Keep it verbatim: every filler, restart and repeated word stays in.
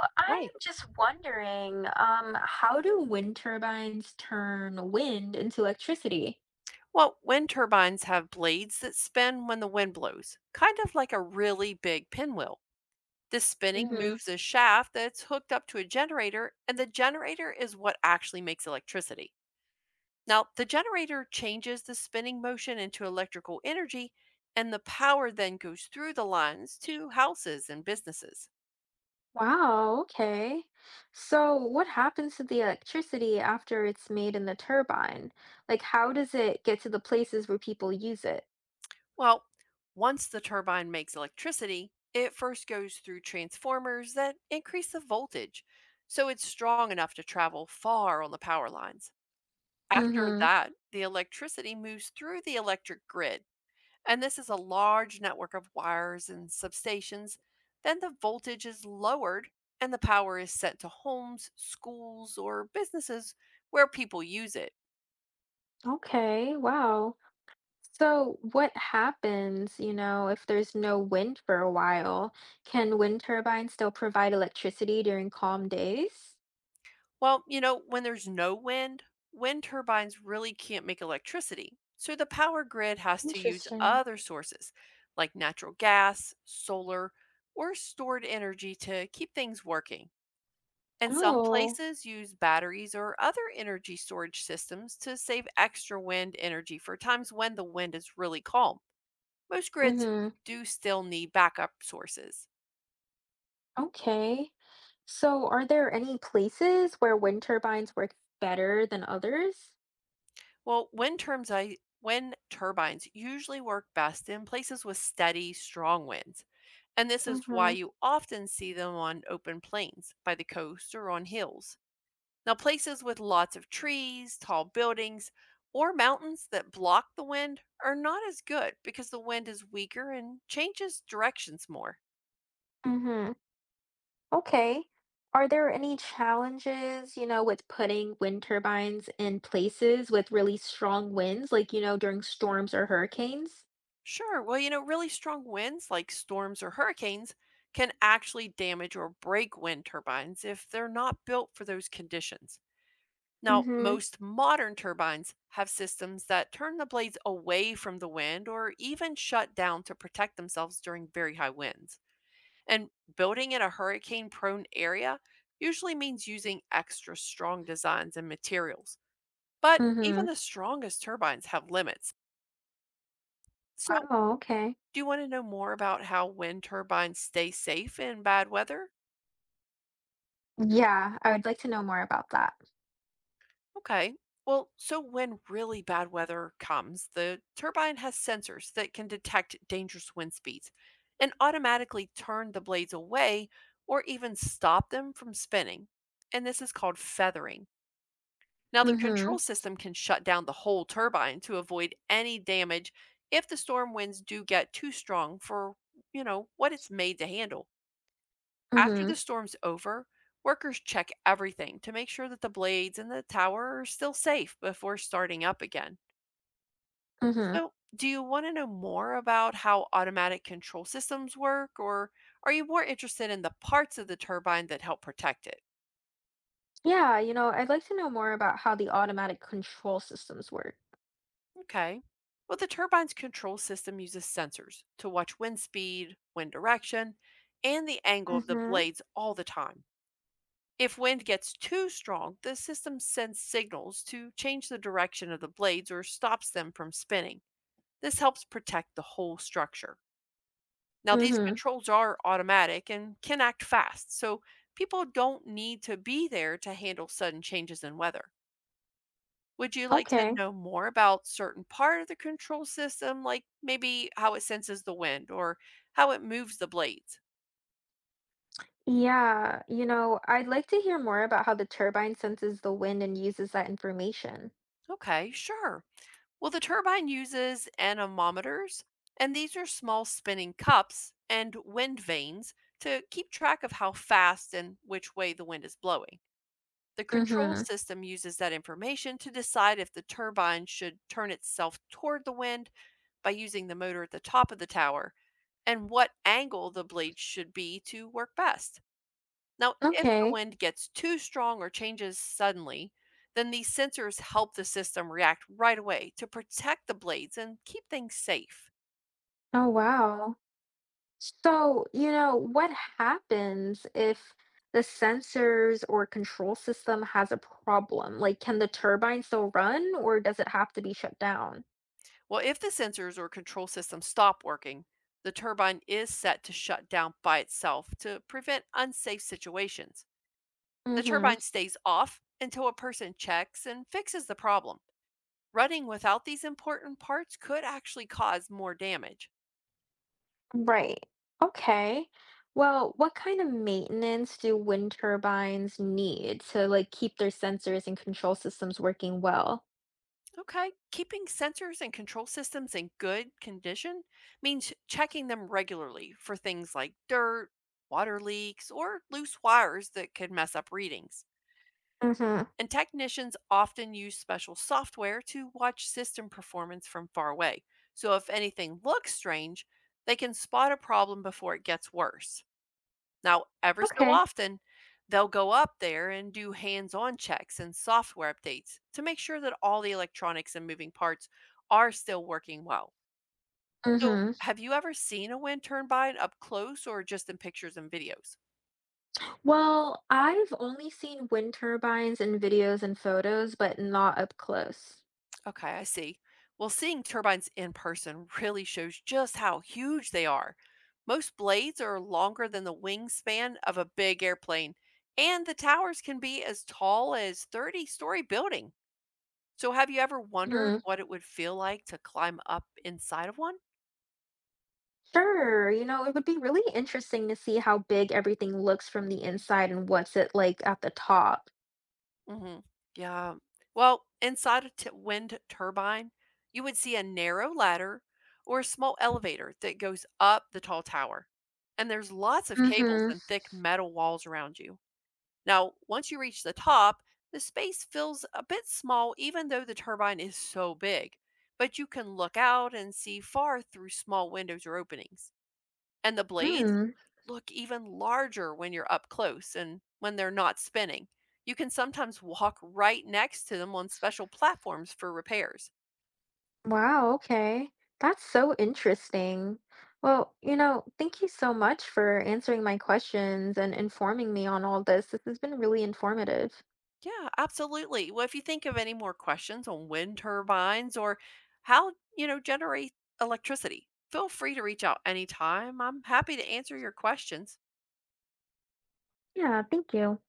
I'm Right. just wondering, um, how do wind turbines turn wind into electricity? Well, wind turbines have blades that spin when the wind blows, kind of like a really big pinwheel. This spinning Hmm. moves a shaft that's hooked up to a generator, and the generator is what actually makes electricity. Now, the generator changes the spinning motion into electrical energy, and the power then goes through the lines to houses and businesses. Wow, okay. So what happens to the electricity after it's made in the turbine? Like, how does it get to the places where people use it? Well, once the turbine makes electricity, it first goes through transformers that increase the voltage so it's strong enough to travel far on the power lines. After Mm-hmm. that, the electricity moves through the electric grid, and this is a large network of wires and substations. Then the voltage is lowered and the power is sent to homes, schools, or businesses where people use it. Okay, wow. So what happens, you know, if there's no wind for a while? Can wind turbines still provide electricity during calm days? Well, you know, when there's no wind, wind turbines really can't make electricity. So the power grid has to use Interesting. other sources like natural gas, solar, or stored energy to keep things working. And some Oh. places use batteries or other energy storage systems to save extra wind energy for times when the wind is really calm. Most grids Mm-hmm. do still need backup sources. Okay. So, are there any places where wind turbines work better than others? Well, wind terms I wind turbines usually work best in places with steady, strong winds, and this is why Mm-hmm. you often see them on open plains, by the coast, or on hills. Now, places with lots of trees, tall buildings, or mountains that block the wind are not as good because the wind is weaker and changes directions more. Mm-hmm. Okay. Are there any challenges, you know, with putting wind turbines in places with really strong winds, like, you know, during storms or hurricanes? Sure, well, you know, really strong winds like storms or hurricanes can actually damage or break wind turbines if they're not built for those conditions. Now, Mm-hmm. most modern turbines have systems that turn the blades away from the wind or even shut down to protect themselves during very high winds. And building in a hurricane prone area usually means using extra strong designs and materials. But Mm-hmm. even the strongest turbines have limits. So, Oh, okay. do you want to know more about how wind turbines stay safe in bad weather? Yeah, I would like to know more about that. Okay. Well, so when really bad weather comes, the turbine has sensors that can detect dangerous wind speeds and automatically turn the blades away or even stop them from spinning. And this is called feathering. Now, the Mm-hmm. control system can shut down the whole turbine to avoid any damage if the storm winds do get too strong for, you know, what it's made to handle. After Mm-hmm. the storm's over, workers check everything to make sure that the blades and the tower are still safe before starting up again. Mm-hmm. So, do you want to know more about how automatic control systems work, or are you more interested in the parts of the turbine that help protect it? Yeah, you know, I'd like to know more about how the automatic control systems work. Okay. Well, the turbine's control system uses sensors to watch wind speed, wind direction, and the angle of the Mm-hmm. blades all the time. If wind gets too strong, the system sends signals to change the direction of the blades or stops them from spinning. This helps protect the whole structure. Now, these Mhm. controls are automatic and can act fast, so people don't need to be there to handle sudden changes in weather. Would you like to Okay. know more about certain part of the control system, like maybe how it senses the wind or how it moves the blades? Yeah, you know, I'd like to hear more about how the turbine senses the wind and uses that information. Okay, sure. Well, the turbine uses anemometers, and these are small spinning cups and wind vanes to keep track of how fast and which way the wind is blowing. The control Mhm. system uses that information to decide if the turbine should turn itself toward the wind by using the motor at the top of the tower and what angle the blades should be to work best. Now, if the Okay. wind gets too strong or changes suddenly, then these sensors help the system react right away to protect the blades and keep things safe. Oh, wow. So, you know, what happens if the sensors or control system has a problem? Like, can the turbine still run or does it have to be shut down? Well, if the sensors or control system stop working, the turbine is set to shut down by itself to prevent unsafe situations. The Mhm. turbine stays off until a person checks and fixes the problem. Running without these important parts could actually cause more damage. Right. Okay. Well, what kind of maintenance do wind turbines need to like keep their sensors and control systems working well? Okay. Keeping sensors and control systems in good condition means checking them regularly for things like dirt, water leaks, or loose wires that could mess up readings. Mm-hmm. And technicians often use special software to watch system performance from far away. So if anything looks strange, they can spot a problem before it gets worse. Now, every so Okay. often, they'll go up there and do hands on checks and software updates to make sure that all the electronics and moving parts are still working well. So, Mm-hmm. have you ever seen a wind turbine up close or just in pictures and videos? Well, I've only seen wind turbines in videos and photos, but not up close. Okay, I see. Well, seeing turbines in person really shows just how huge they are. Most blades are longer than the wingspan of a big airplane, and the towers can be as tall as thirty story buildings. So have you ever wondered Hmm. what it would feel like to climb up inside of one? Sure. You know, it would be really interesting to see how big everything looks from the inside and what's it like at the top. Mhm. Yeah. Well, inside a t- wind turbine, you would see a narrow ladder or a small elevator that goes up the tall tower. And there's lots of cables Mm-hmm. and thick metal walls around you. Now, once you reach the top, the space feels a bit small even though the turbine is so big. But you can look out and see far through small windows or openings. And the blades Hmm. look even larger when you're up close and when they're not spinning. You can sometimes walk right next to them on special platforms for repairs. Wow, okay. That's so interesting. Well, you know, thank you so much for answering my questions and informing me on all this. This has been really informative. Yeah, absolutely. Well, if you think of any more questions on wind turbines or how, you know, generate electricity, feel free to reach out anytime. I'm happy to answer your questions. Yeah, thank you.